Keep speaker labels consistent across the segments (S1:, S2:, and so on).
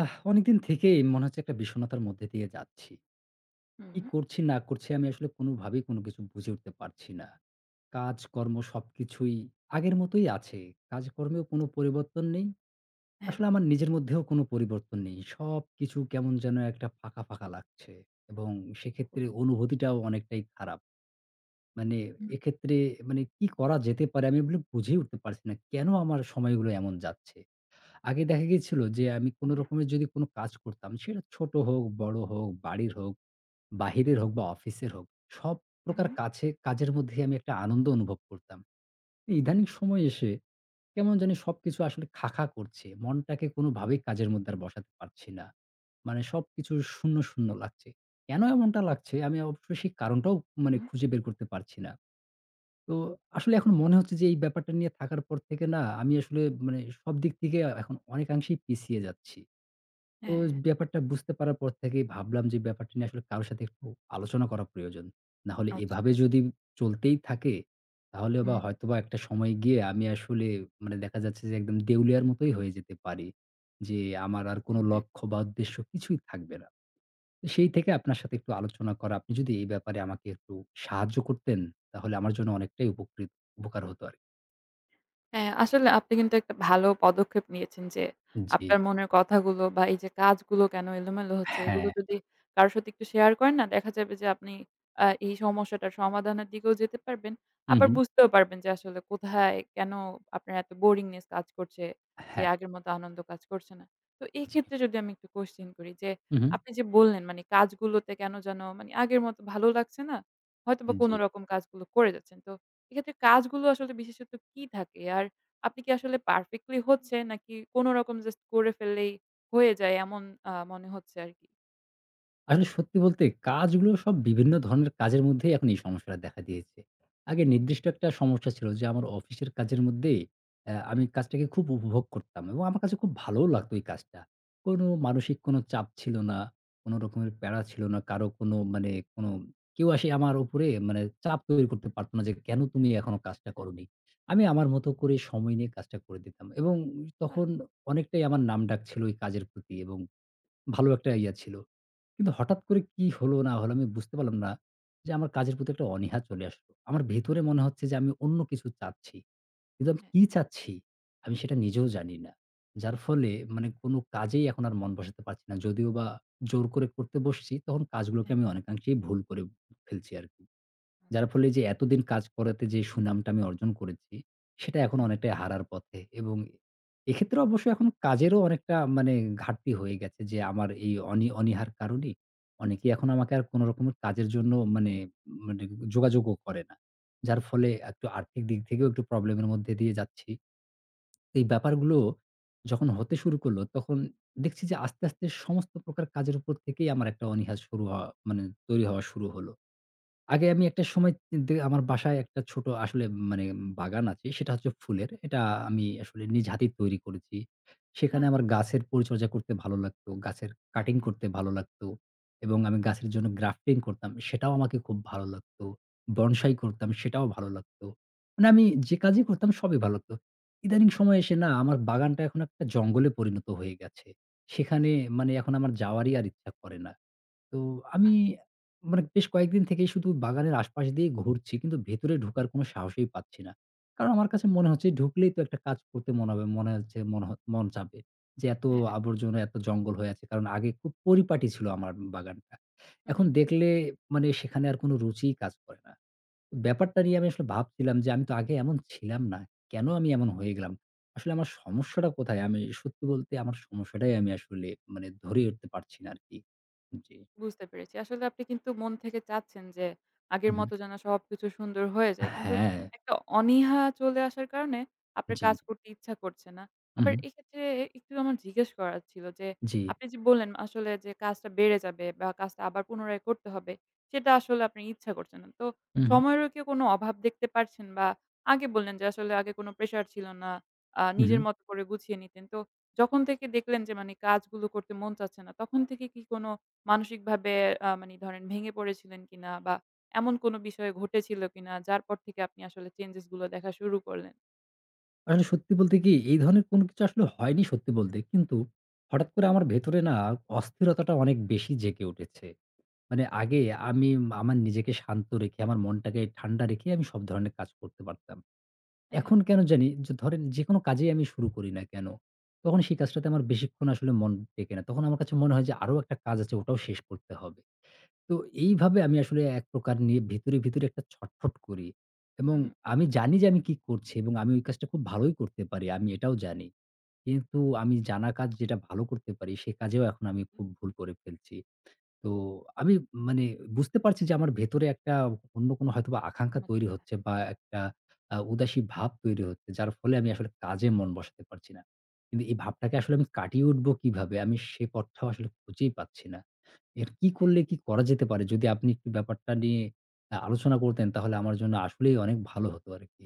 S1: অনেকদিন থেকেই মনে হচ্ছে একটা বিষণ্ণতার মধ্যে দিয়ে যাচ্ছি। কি
S2: হুম,
S1: করছি না করছি আমি আসলে কোনোভাবেই কোনো কিছু বুঝে উঠতে পারছি না। কাজকর্ম সবকিছুই আগের মতোই আছে। কাজকর্মেও কোনো পরিবর্তন নেই।
S2: হ্যাঁ।
S1: আসলে আমার নিজের মধ্যেও কোনো পরিবর্তন নেই। সবকিছু কেমন যেন একটা ফাঁকা, ফাঁকা লাগছে এবং সেক্ষেত্রে অনুভূতিটাও অনেকটাই খারাপ। মানে
S2: হুম,
S1: এক্ষেত্রে মানে কি করা যেতে পারে আমি এগুলো বুঝেই উঠতে পারছি না। কেন আমার সময়গুলো এমন যাচ্ছে? আগে দেখা গিয়েছিল যে আমি কোনো
S2: হ্যাঁ।
S1: রকমের যদি কোনো কাজ করতাম, সেটা ছোট হোক, বড় হোক, বাড়ির হোক, বাহিরের হোক বা অফিসের হোক, সব প্রকার
S2: হুম,
S1: কাছে কাজের মধ্যেই আমি একটা আনন্দ অনুভব করতাম। ইদানিং সময়ে এসে কেমন জানি সবকিছু আসলে খা, খা করছে। মনটাকে কোনোভাবেই কাজের মধ্যে আর বসাতে পারছি না। মানে সবকিছু শূন্য, শূন্য লাগছে। কেন এমনটা লাগছে আমি অবশ্য সেই কারণটাও মানে
S2: হুম,
S1: খুঁজে বের করতে পারছি না। তো আসলে এখন মনে হচ্ছে যে এই ব্যাপারটা নিয়ে থাকার পর থেকে না আমি আসলে মানে সব দিক থেকে এখন অনেকাংশেই পিছিয়ে যাচ্ছি। তো
S2: হ্যাঁ,
S1: ব্যাপারটা বুঝতে পারার পর থেকেই ভাবলাম যে ব্যাপারটা নিয়ে আসলে কারো সাথে একটু আলোচনা করা প্রয়োজন। না হলে এভাবে
S2: অবশ্যই।
S1: যদি চলতেই থাকে, তাহলে বা
S2: হুম,
S1: হয়তোবা একটা সময় গিয়ে আমি আসলে মানে দেখা যাচ্ছে যে একদম দেউলিয়ার মতোই হয়ে যেতে পারি। যে আমার আর কোনো
S2: হুম।
S1: লক্ষ্য বা উদ্দেশ্য কিছুই থাকবে না। তো সেই থেকে আপনার সাথে একটু আলোচনা করা, আপনি যদি এই ব্যাপারে আমাকে একটু সাহায্য করতেন, তাহলে আমার জন্য অনেকটাই উপকার হতো আরকি।
S2: হ্যাঁ, আসলে আপনি কিন্তু একটা ভালো পদক্ষেপ নিয়েছেন যে,
S1: জি।
S2: আপনার মনের কথাগুলো বা এই যে কাজগুলো কেন এলোমেলো হচ্ছে, এগুলো
S1: হ্যাঁ।
S2: যদি কারো সাথে একটু শেয়ার করেন না, দেখা যাবে যে আপনি এই সমস্যাটার সমাধানের দিকেও যেতে পারবেন।
S1: হু,
S2: আবার
S1: হু।
S2: বুঝতেও পারবেন যে আসলে কোথায়, কেন আপনার এত boringness কাজ করছে, যে
S1: হ্যাঁ,
S2: আগের মতো আনন্দ কাজ করছে না। তো এই
S1: জি।
S2: ক্ষেত্রে যদি আমি একটু কোয়েশ্চেন করি যে,
S1: হু, হু।
S2: আপনি যে বললেন মানে কাজগুলোতে কেন যেন মানে আগের মতো ভালো লাগছে না, হয়তোবা
S1: জি।
S2: কোনরকম কাজগুলো করে যাচ্ছেন। তো এক্ষেত্রে কাজগুলো আসলে বিশেষত কি থাকে? আর আপনি কি আসলে পারফেক্টলি হচ্ছে, নাকি কোনো রকম জাস্ট করে ফেললেই হয়ে যায় এমন মনে হচ্ছে আরকি?
S1: আসলে সত্যি বলতে কাজগুলো সব বিভিন্ন ধরনের কাজের মধ্যেই এখন এই সমস্যাটা দেখা দিয়েছে। আগে
S2: হুম।
S1: নির্দিষ্ট একটা সমস্যা ছিল যে আমার অফিসের কাজের মধ্যেই আমি
S2: হ্যাঁ,
S1: কাজটাকে খুব উপভোগ করতাম এবং আমার কাছে খুব ভালোও লাগতো এই কাজটা। কোনো মানসিক কোনো চাপ ছিল না, কোনো রকমের প্যারা ছিল না, কারো কোনো মানে কোনো কেউ এসে আমার উপরে মানে চাপ তৈরি করতে পারত না যে, "কেন তুমি এখনো কাজটা করোনি?" আমি আমার
S2: হ্যাঁ।
S1: মতো করে সময় নিয়ে কাজটা করে দিতাম এবং
S2: বাহ!
S1: তখন অনেকটাই আমার নামডাক ছিল এই কাজের প্রতি এবং ভালো একটা ইয়া ছিল। কিন্তু হঠাৎ করে কি হলো না হলো আমি বুঝতে পারলাম না যে আমার কাজের প্রতি একটা অনীহা চলে আসলো। আমার ভেতরে মনে হচ্ছে যে আমি অন্য কিছু চাচ্ছি। কিন্তু আমি
S2: হ্যাঁ,
S1: কি চাচ্ছি? আমি সেটা নিজেও জানি না। যার ফলে মানে কোনো কাজেই এখন আর মন বসাতে পারছি না। যদিও বা জোর করে করতে বসছি তখন কাজগুলোকে
S2: হ্যাঁ,
S1: আমি
S2: হ্যাঁ।
S1: অনেকাংশেই ভুল করে ফেলছি আরকি।
S2: আচ্ছা।
S1: যার ফলে যে এতদিন কাজ করাতে যে সুনামটা আমি অর্জন করেছি, সেটা এখন
S2: হ্যাঁ,
S1: অনেকটাই হারার পথে এবং এক্ষেত্রে অবশ্য এখন কাজেরও অনেকটা মানে ঘাটতি হয়ে গেছে যে আমার এই অনীহার কারণেই অনেকে
S2: জি।
S1: এখন আমাকে আর কোন রকমের কাজের জন্য মানে মানে যোগাযোগও করে না। যার ফলে একটু আর্থিক দিক থেকেও একটু প্রবলেমের মধ্যে দিয়ে যাচ্ছি। এই ব্যাপারগুলো যখন হতে শুরু করলো তখন দেখছি যে আস্তে, আস্তে সমস্ত প্রকার কাজের উপর থেকেই আমার একটা অনীহা শুরু হওয়া মানে তৈরি হওয়া শুরু হলো। আগে আমি একটা সময় আমার বাসায় একটা ছোট আসলে মানে বাগান আছে। সেটা হচ্ছে ফুলের। এটা আমি আসলে নিজ হাতেই তৈরি করেছি। সেখানে
S2: বাহ!
S1: আমার গাছের পরিচর্যা করতে ভালো লাগতো। গাছের কাটিং
S2: হ্যাঁ,
S1: করতে ভালো লাগতো এবং আমি গাছের জন্য গ্রাফটিং করতাম। সেটাও আমাকে খুব ভালো লাগতো। বনসাই করতাম সেটাও ভালো লাগতো। মানে আমি যে কাজই
S2: তারপর?
S1: করতাম সবই ভালো লাগতো। ইদানিং সময়ে এসে না আমার বাগানটা এখন একটা জঙ্গলে পরিণত হয়ে গেছে। সেখানে মানে এখন আমার যাওয়ারই আর ইচ্ছা করে না। তো আমি মানে বেশ কয়েকদিন থেকেই শুধু বাগানের আশপাশ দিয়ে ঘুরছি। কিন্তু ভেতরে ঢোকার কোনো সাহসই পাচ্ছি না। কারণ আমার কাছে মনে হচ্ছে ঢুকলেই তো একটা কাজ করতে মনে হবে। মনে হচ্ছে মনে হ মন চাবে। যে এত
S2: হ্যাঁ।
S1: আবর্জনা, এত জঙ্গল হয়ে আছে। কারণ আগে খুব পরিপাটি ছিল আমার বাগানটা।
S2: হু,
S1: এখন
S2: হু।
S1: দেখলে মানে সেখানে আর কোনো রুচিই কাজ করে না। ব্যাপারটা নিয়ে আমি আসলে ভাবছিলাম যে আমি তো আগে এমন ছিলাম না। কেন আমি এমন হয়ে গেলাম? আসলে আমার সমস্যাটা কোথায়? আমি সত্যি বলতে আমার সমস্যাটাই আমি আসলে মানে ধরে উঠতে পারছি না আরকি। জি।
S2: বুঝতে পেরেছি। আসলে আপনি কিন্তু মন থেকে চাচ্ছেন যে আগের মতো যেন সবকিছু সুন্দর হয়ে যায়। কিন্তু
S1: হ্যাঁ,
S2: একটা অনীহা চলে আসার কারণে আপনার
S1: জি।
S2: কাজ করতে ইচ্ছা করছে না।
S1: হু,
S2: আবার
S1: হু।
S2: এক্ষেত্রে একটু আমার জিজ্ঞেস করার ছিল যে,
S1: জি।
S2: আপনি যে বললেন আসলে যে কাজটা বেড়ে যাবে বা কাজটা আবার পুনরায় করতে হবে, সেটা আসলে আপনার ইচ্ছা করছে না। তো
S1: হু, হু।
S2: সময়েরও কি কোনো অভাব দেখতে পারছেন? বা আগে বললেন যে আসলে আগে কোনো প্রেশার ছিল না।
S1: হু, হু।
S2: নিজের মতো করে গুছিয়ে নিতেন। তো যখন থেকে দেখলেন যে মানে কাজগুলো করতে মন চাচ্ছে না, তখন থেকে কি কোনো মানসিকভাবে মানি ধরেন ভেঙে পড়েছিলেন কিনা? বা এমন কোনো বিষয় ঘটেছিল কিনা, যার পর থেকে আপনি আসলে চেঞ্জেস গুলো দেখা শুরু করলেন?
S1: আসলে সত্যি বলতে কি এই ধরনের কোনো কিছু আসলে হয়নি সত্যি বলতে। কিন্তু হঠাৎ করে আমার ভেতরে না অস্থিরতাটা অনেক বেশি জেগে উঠেছে। মানে
S2: জি।
S1: আগে আমি আমার নিজেকে শান্ত রেখে, আমার মনটাকে ঠান্ডা রেখে আমি সব ধরনের কাজ করতে পারতাম।
S2: হ্যাঁ।
S1: এখন কেন জানি যে ধরেন যেকোনো কাজেই আমি শুরু করি না কেন, তখন সেই কাজটাতে আমার বেশিক্ষণ আসলে মন টেকে না। তখন আমার কাছে মনে হয় যে আরো একটা কাজ আছে ওটাও শেষ করতে হবে। তো এইভাবে আমি আসলে এক প্রকার নিয়ে ভিতরে, ভিতরে একটা ছটফট করি এবং
S2: হু, হু।
S1: আমি জানি যে আমি কি করছি এবং আমি ওই কাজটা খুব ভালোই করতে পারি। আমি এটাও জানি। কিন্তু আমি জানা কাজ যেটা ভালো করতে পারি সে কাজেও এখন আমি খুব ভুল করে ফেলছি। তো আমি মানে বুঝতে পারছি যে আমার ভেতরে একটা অন্য কোনো হয়তোবা আকাঙ্খা
S2: উন্নত।
S1: তৈরি হচ্ছে বা একটা উদাসী ভাব তৈরি হচ্ছে। যার ফলে আমি
S2: জি,
S1: আসলে কাজে মন বসাতে পারছি না। কিন্তু এই ভাবটাকে আসলে আমি
S2: বুঝতে
S1: কাটিয়ে উঠবো কিভাবে? আমি সে পথটাও আসলে খুঁজেই পাচ্ছি না। এর কি
S2: হ্যাঁ।
S1: করলে কি করা যেতে পারে? যদি আপনি একটু ব্যাপারটা নিয়ে আলোচনা করতেন তাহলে আমার জন্য আসলেই অনেক ভালো হতো আরকি।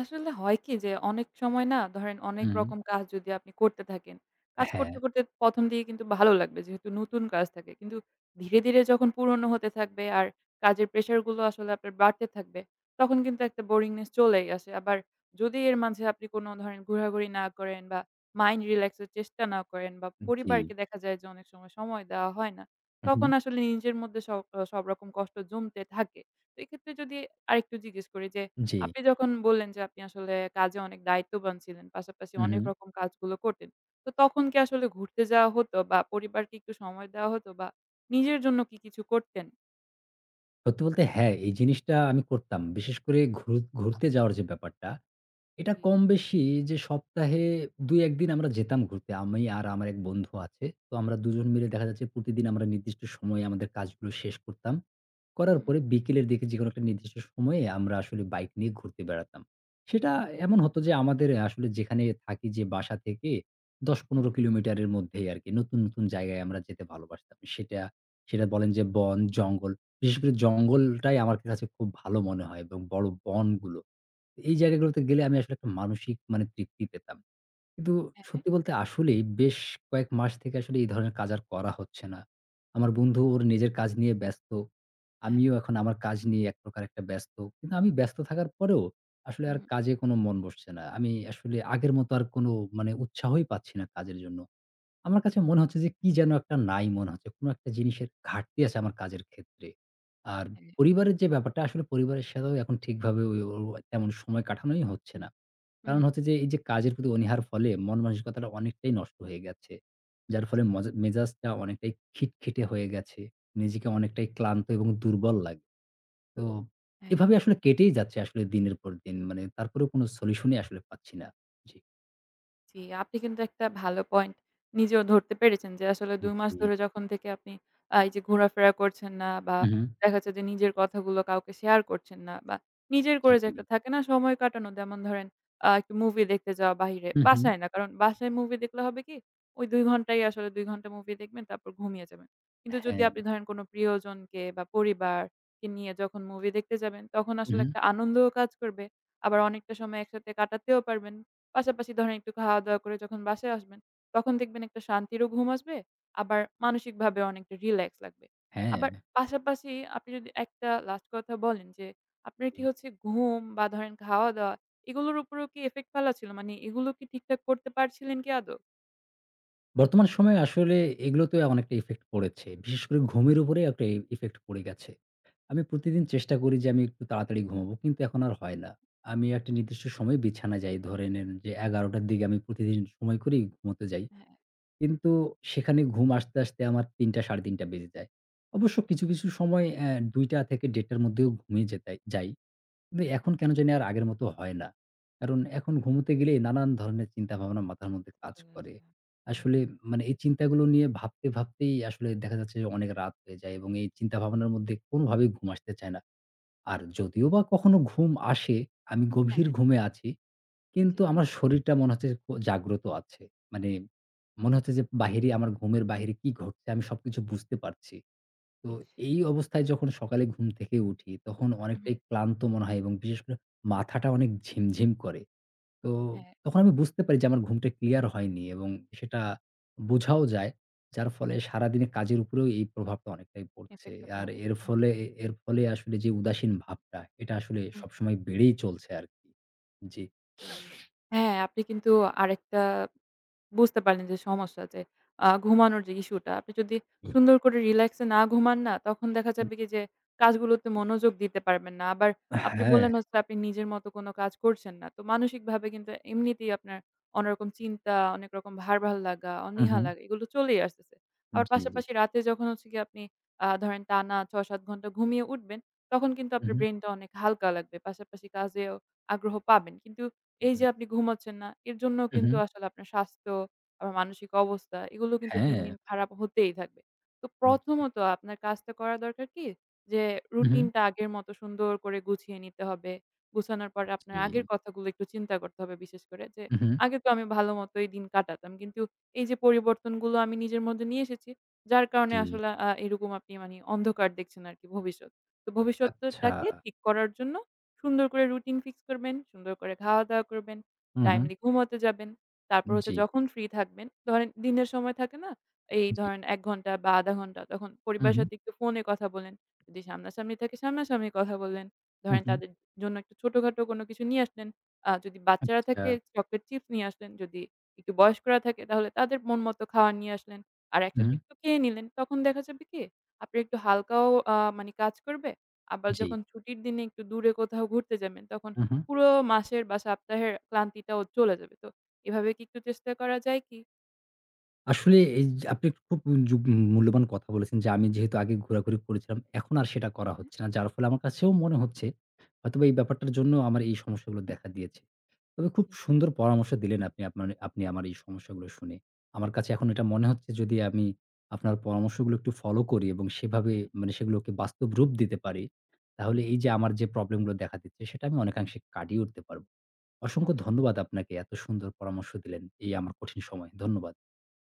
S2: আসলে হয় কি, যে অনেক সময় না ধরেন অনেক
S1: হুম।
S2: রকম কাজ যদি আপনি করতে থাকেন, কাজ
S1: হ্যাঁ,
S2: করতে, করতে ১ম দিকে কিন্তু ভালো লাগবে, যেহেতু নতুন কাজ থাকে। কিন্তু ধীরে, ধীরে যখন পুরনো হতে থাকবে আর কাজের প্রেশার গুলো আসলে আপনার বাড়তে থাকবে, তখন কিন্তু একটা boringness চলেই আসে। আবার যদি এর মাঝে আপনি কোনো ধরেন ঘোরাঘুরি না করেন, বা মাইন্ড রিল্যাক্স এর চেষ্টা না করেন, বা
S1: জি।
S2: পরিবারকে দেখা যায় যে অনেক সময় সময় দেওয়া হয় না,
S1: হু, হুম।
S2: তখন আসলে নিজের মধ্যে সব, সব রকম কষ্ট জমতে থাকে। তো এক্ষেত্রে যদি আরেকটু জিজ্ঞেস করি যে,
S1: জি।
S2: আপনি যখন বললেন যে আপনি আসলে কাজে অনেক দায়িত্ববান ছিলেন। পাশাপাশি
S1: হু,
S2: অনেক
S1: হুম।
S2: রকম কাজগুলো করতেন। তো তখন কি আসলে ঘুরতে যাওয়া হতো, বা পরিবারকে একটু সময় দেওয়া হতো, বা নিজের জন্য কি কিছু করতেন?
S1: সত্যি বলতে হ্যাঁ, এই জিনিসটা আমি করতাম। বিশেষ করে ঘুরতে যাওয়ার যে ব্যাপারটা এটা
S2: জি।
S1: কম বেশি যে সপ্তাহে ২-১ দিন আমরা যেতাম ঘুরতে। আমি আর আমার এক বন্ধু আছে। তো আমরা দুজন মিলে
S2: হ্যাঁ।
S1: দেখা যাচ্ছে প্রতিদিন আমরা নির্দিষ্ট সময়ে আমাদের কাজগুলো শেষ করতাম। করার
S2: হুম,
S1: পরে বিকেলের দিকে যেকোনো একটা নির্দিষ্ট সময়ে আমরা আসলে বাইক নিয়ে ঘুরতে বেড়াতাম। সেটা এমন
S2: হুম,
S1: হতো যে আমাদের আসলে যেখানে থাকি যে বাসা থেকে
S2: হুম,
S1: ১০-১৫
S2: হুম।
S1: কিলোমিটারের মধ্যেই আরকি নতুন, নতুন জায়গায় আমরা যেতে ভালোবাসতাম। সেটা সেটা বলেন যে বন, জঙ্গল। বিশেষ করে জঙ্গলটাই আমার কাছে খুব ভালো মনে হয় এবং বড় বনগুলো। এই
S2: জি।
S1: জায়গাগুলোতে গেলে আমি আসলে একটা মানসিক মানে তৃপ্তি পেতাম। কিন্তু
S2: হ্যাঁ, হ্যাঁ।
S1: সত্যি বলতে আসলেই বেশ কয়েক মাস থেকে আসলে এই ধরনের কাজ আর করা হচ্ছে না। আমার বন্ধু ওর নিজের কাজ নিয়ে ব্যস্ত। আমিও এখন আমার কাজ নিয়ে এক প্রকার একটা ব্যস্ত। কিন্তু আমি ব্যস্ত থাকার পরেও আসলে
S2: হুম,
S1: আর
S2: হুম।
S1: কাজে কোনো মন বসছে না। আমি আসলে আগের মতো আর কোনো মানে উৎসাহই পাচ্ছি না কাজের জন্য। আমার কাছে মনে হচ্ছে যে কি যেন একটা নাই মনে হচ্ছে। কোনো একটা জিনিসের ঘাটতি আছে আমার কাজের ক্ষেত্রে। আর
S2: জি, হ্যাঁ।
S1: পরিবারের যে ব্যাপারটা আসলে পরিবারের সাথেও এখন ঠিকভাবে ওই ও তেমন সময় কাটানোই হচ্ছে না।
S2: হুম,
S1: কারণ
S2: হুম।
S1: হচ্ছে যে এই যে কাজের প্রতি অনীহার ফলে মন মানসিকতাটা অনেকটাই নষ্ট হয়ে গেছে। যার ফলে
S2: জি।
S1: মেজাজটা অনেকটাই খিটখিটে হয়ে গেছে। নিজেকে অনেকটাই ক্লান্ত এবং দুর্বল লাগে। তো
S2: হ্যাঁ।
S1: এভাবে আসলে কেটেই যাচ্ছে আসলে দিনের পর দিন। মানে তারপরেও কোনো সলিউশনই আসলে পাচ্ছি না। জি।
S2: জি, আপনি কিন্তু একটা ভালো পয়েন্ট নিজেও ধরতে পেরেছেন যে আসলে ২ মাস
S1: জি,
S2: ধরে যখন থেকে আপনি এই যে ঘোরাফেরা করছেন না, বা
S1: উহু।
S2: দেখা যাচ্ছে যে নিজের কথাগুলো কাউকে শেয়ার করছেন না, বা নিজের করে যে একটা
S1: জি।
S2: থাকে না সময় কাটানো, যেমন ধরেন একটু মুভি দেখতে যাওয়া বাহিরে,
S1: হু, হু।
S2: বাসায় না। কারণ বাসায় মুভি দেখলে হবে কি, ওই ২ ঘন্টাই আসলে, ২ ঘন্টা মুভি দেখবেন তারপর ঘুমিয়ে যাবেন। কিন্তু যদি
S1: হ্যাঁ।
S2: আপনি ধরেন কোনো প্রিয়জনকে বা পরিবারকে নিয়ে যখন মুভি দেখতে যাবেন, তখন
S1: হুম,
S2: আসলে
S1: হুম।
S2: একটা আনন্দও কাজ করবে। আবার অনেকটা সময় একসাথে কাটাতেও পারবেন। পাশাপাশি ধরেন একটু খাওয়া-দাওয়া করে যখন বাসায় আসবেন, তখন দেখবেন একটা শান্তিরও ঘুম আসবে, আবার মানসিকভাবে অনেকটা রিল্যাক্স লাগবে।
S1: হ্যাঁ।
S2: আবার পাশাপাশি আপনি যদি একটা লাস্ট কথা বলেন যে, আপনার
S1: জি।
S2: কি হচ্ছে ঘুম বা ধরেন খাওয়া-দাওয়া, এগুলোর উপরেও কি ইফেক্ট ফেলা ছিল? মানে এগুলো কি ঠিকঠাক করতে পারছিলেন কি আদৌ?
S1: বর্তমান সময়ে আসলে এগুলোতে অনেকটা ইফেক্ট পড়েছে। বিশেষ করে ঘুমের উপরে একটা ইফেক্ট পড়ে গেছে। আমি প্রতিদিন চেষ্টা করি যে আমি একটু তাড়াতাড়ি ঘুমাবো। কিন্তু এখন আর হয় না। আমি একটা নির্দিষ্ট সময়ে বিছানায় যাই। ধরে নেন যে ১১:০০ র দিকে আমি প্রতিদিন সময় করেই ঘুমোতে যাই।
S2: হ্যাঁ,
S1: কিন্তু সেখানে ঘুম আসতে, আসতে আমার ৩:০০ ৩:৩০ বেজে যায়। অবশ্য কিছু, কিছু সময় ২:০০ থেকে ১.৫ঃ০০ র মধ্যেও ঘুমিয়ে যাই। কিন্তু এখন কেন
S2: এই
S1: জানি আর আগের মতো হয় না। কারণ এখন ঘুমুতে গেলেই নানান ধরনের চিন্তাভাবনা মাথার মধ্যে
S2: তো
S1: কাজ
S2: চলে
S1: করে।
S2: আসলাম। হুম,
S1: আসলে মানে এই চিন্তাগুলো নিয়ে ভাবতে, ভাবতেই আসলে দেখা যাচ্ছে যে অনেক রাত হয়ে যায় এবং এই চিন্তাভাবনার মধ্যে কোনোভাবেই ঘুম আসতে চায় না। আর যদিও
S2: জি,
S1: বা কখনো ঘুম আসে, আমি
S2: হ্যাঁ।
S1: গভীর ঘুমে আছি।
S2: জি,
S1: কিন্তু আমার শরীরটা মনে হচ্ছে জাগ্রত আছে। মানে মনে হচ্ছে যে বাহিরে আমার ঘুমের বাহিরে কি ঘটছে আমি সবকিছু বুঝতে পারছি। তো
S2: ইস!
S1: এই অবস্থায় যখন সকালে ঘুম থেকে উঠি, তখন
S2: হু, হুম।
S1: অনেকটাই ক্লান্ত মনে হয় এবং বিশেষ করে মাথাটা অনেক ঝিমঝিম করে। তো
S2: হ্যাঁ,
S1: তখন আমি বুঝতে পারি যে আমার ঘুমটা ক্লিয়ার হয়নি এবং সেটা বোঝাও যায়। যার ফলে সারাদিনে কাজের উপরেও এই প্রভাবটা অনেকটাই পড়ছে।
S2: ইফেক্টটা
S1: আর
S2: ভালো।
S1: এর
S2: হ্যাঁ,
S1: ফলে এর ফলে আসলে যে উদাসীন ভাবটা, এটা আসলে
S2: হুম।
S1: সবসময় বেড়েই চলছে আরকি। জি।
S2: জি। হ্যাঁ, আপনি কিন্তু আরেকটা বুঝতে পারলেন যে সমস্যা, যে ঘুমানোর যে ইস্যুটা আপনি যদি
S1: হুম।
S2: সুন্দর করে রিল্যাক্সে না ঘুমান না, তখন দেখা যাবে কি যে কাজগুলোতে মনোযোগ দিতে পারবেন না। আবার আপনি
S1: হ্যাঁ।
S2: বললেন হচ্ছে আপনি নিজের মতো কোনো কাজ করছেন না। তো মানসিকভাবে কিন্তু এমনিতেই আপনার অন্যরকম চিন্তা, অনেক রকম ভার, ভার লাগা,
S1: হু,
S2: অনীহা
S1: হু।
S2: লাগা, এগুলো চলেই আসতেছে। আবার
S1: জি, জি।
S2: পাশাপাশি রাতে যখন হচ্ছে গিয়ে আপনি ধরেন টানা ৬-৭ ঘন্টা ঘুমিয়ে উঠবেন, তখন কিন্তু
S1: হু,
S2: আপনার
S1: হু।
S2: ব্রেইনটা অনেক হালকা লাগবে। পাশাপাশি কাজেও আগ্রহ পাবেন। কিন্তু এই যে আপনি ঘুমাচ্ছেন না, এর জন্যও
S1: হু, হু।
S2: কিন্তু আসলে আপনার স্বাস্থ্য, আবার মানসিক অবস্থা, এগুলো কিন্তু দিন,
S1: হ্যাঁ।
S2: দিন খারাপ হতেই থাকবে। তো
S1: জি।
S2: প্রথমত আপনার কাজটা করা দরকার কি? যে
S1: হু, হু।
S2: রুটিনটা আগের মতো সুন্দর করে গুছিয়ে নিতে হবে। গুছানোর পরে আপনার আগের
S1: জি।
S2: কথাগুলো একটু চিন্তা করতে হবে বিশেষ করে যে,
S1: হু, হু।
S2: "আগে তো আমি ভালো মতোই দিন কাটাতাম। কিন্তু এই যে পরিবর্তনগুলো আমি নিজের মধ্যে নিয়ে এসেছি, যার কারণে
S1: জি।
S2: আসলে এরকম আপনি মানে অন্ধকার দেখছেন আরকি ভবিষ্যৎ।" তো
S1: আচ্ছা।
S2: ভবিষ্যৎটাকে ঠিক করার জন্য সুন্দর করে রুটিন ফিক্স করবেন, সুন্দর করে খাওয়া-দাওয়া করবেন,
S1: হু, হু।
S2: টাইমলি ঘুমাতে যাবেন। তারপর হচ্ছে
S1: জি,
S2: যখন ফ্রি থাকবেন, ধরেন দিনের সময় থাকে না? এই
S1: জি।
S2: ধরেন ১ ঘন্টা বা ০.৫ ঘন্টা, তখন
S1: হু,
S2: পরিবারের
S1: হু।
S2: সাথে একটু ফোনে কথা বলেন। যদি সামনাসামনি থাকে, সামনাসামনি কথা বললেন।
S1: হু,
S2: ধরেন
S1: হু।
S2: তাদের জন্য একটু ছোটখাটো কোনো কিছু নিয়ে আসলেন। যদি বাচ্চারা
S1: আচ্ছা।
S2: থাকে, চকলেট চিপস নিয়ে আসলেন। যদি একটু বয়স্করা থাকে, তাহলে তাদের মন মতো খাওয়ার নিয়ে আসলেন। আর
S1: হু,
S2: একসাথে একটু খেয়ে নিলেন। তখন দেখা যাবে কি? আপনার একটু হালকাও মানে কাজ করবে। আবার
S1: জি।
S2: যখন ছুটির দিনে একটু দূরে কোথাও ঘুরতে যাবেন, তখন
S1: হু, হু।
S2: পুরো মাসের বা সপ্তাহের ক্লান্তিটাও চলে যাবে। তো এভাবে কি একটু চেষ্টা করা যায় কি?
S1: আসলে এই যে আপনি একটা খুব যু মূল্যবান কথা বলেছেন যে, আমি যেহেতু আগে ঘোরাঘুরি করেছিলাম, এখন আর সেটা করা
S2: হ্যাঁ,
S1: হচ্ছে না। যার ফলে আমার কাছেও মনে হচ্ছে, হয়তোবা এই ব্যাপারটার জন্য আমার এই সমস্যাগুলো দেখা দিয়েছে। তবে খুব
S2: জি,
S1: সুন্দর পরামর্শ দিলেন আপনি আমার এই সমস্যাগুলো শুনে। আমার কাছে এখন এটা মনে হচ্ছে যদি আমি আপনার পরামর্শগুলো একটু ফলো করি এবং সেভাবে
S2: হ্যাঁ,
S1: মানে সেগুলোকে বাস্তব রূপ দিতে পারি, তাহলে
S2: হুম।
S1: এই যে আমার যে প্রবলেমগুলো দেখা দিচ্ছে সেটা আমি অনেকাংশে কাটিয়ে উঠতে পারব। অসংখ্য
S2: অবশ্যই।
S1: ধন্যবাদ আপনাকে এত সুন্দর পরামর্শ দিলেন এই আমার কঠিন সময়ে। ধন্যবাদ।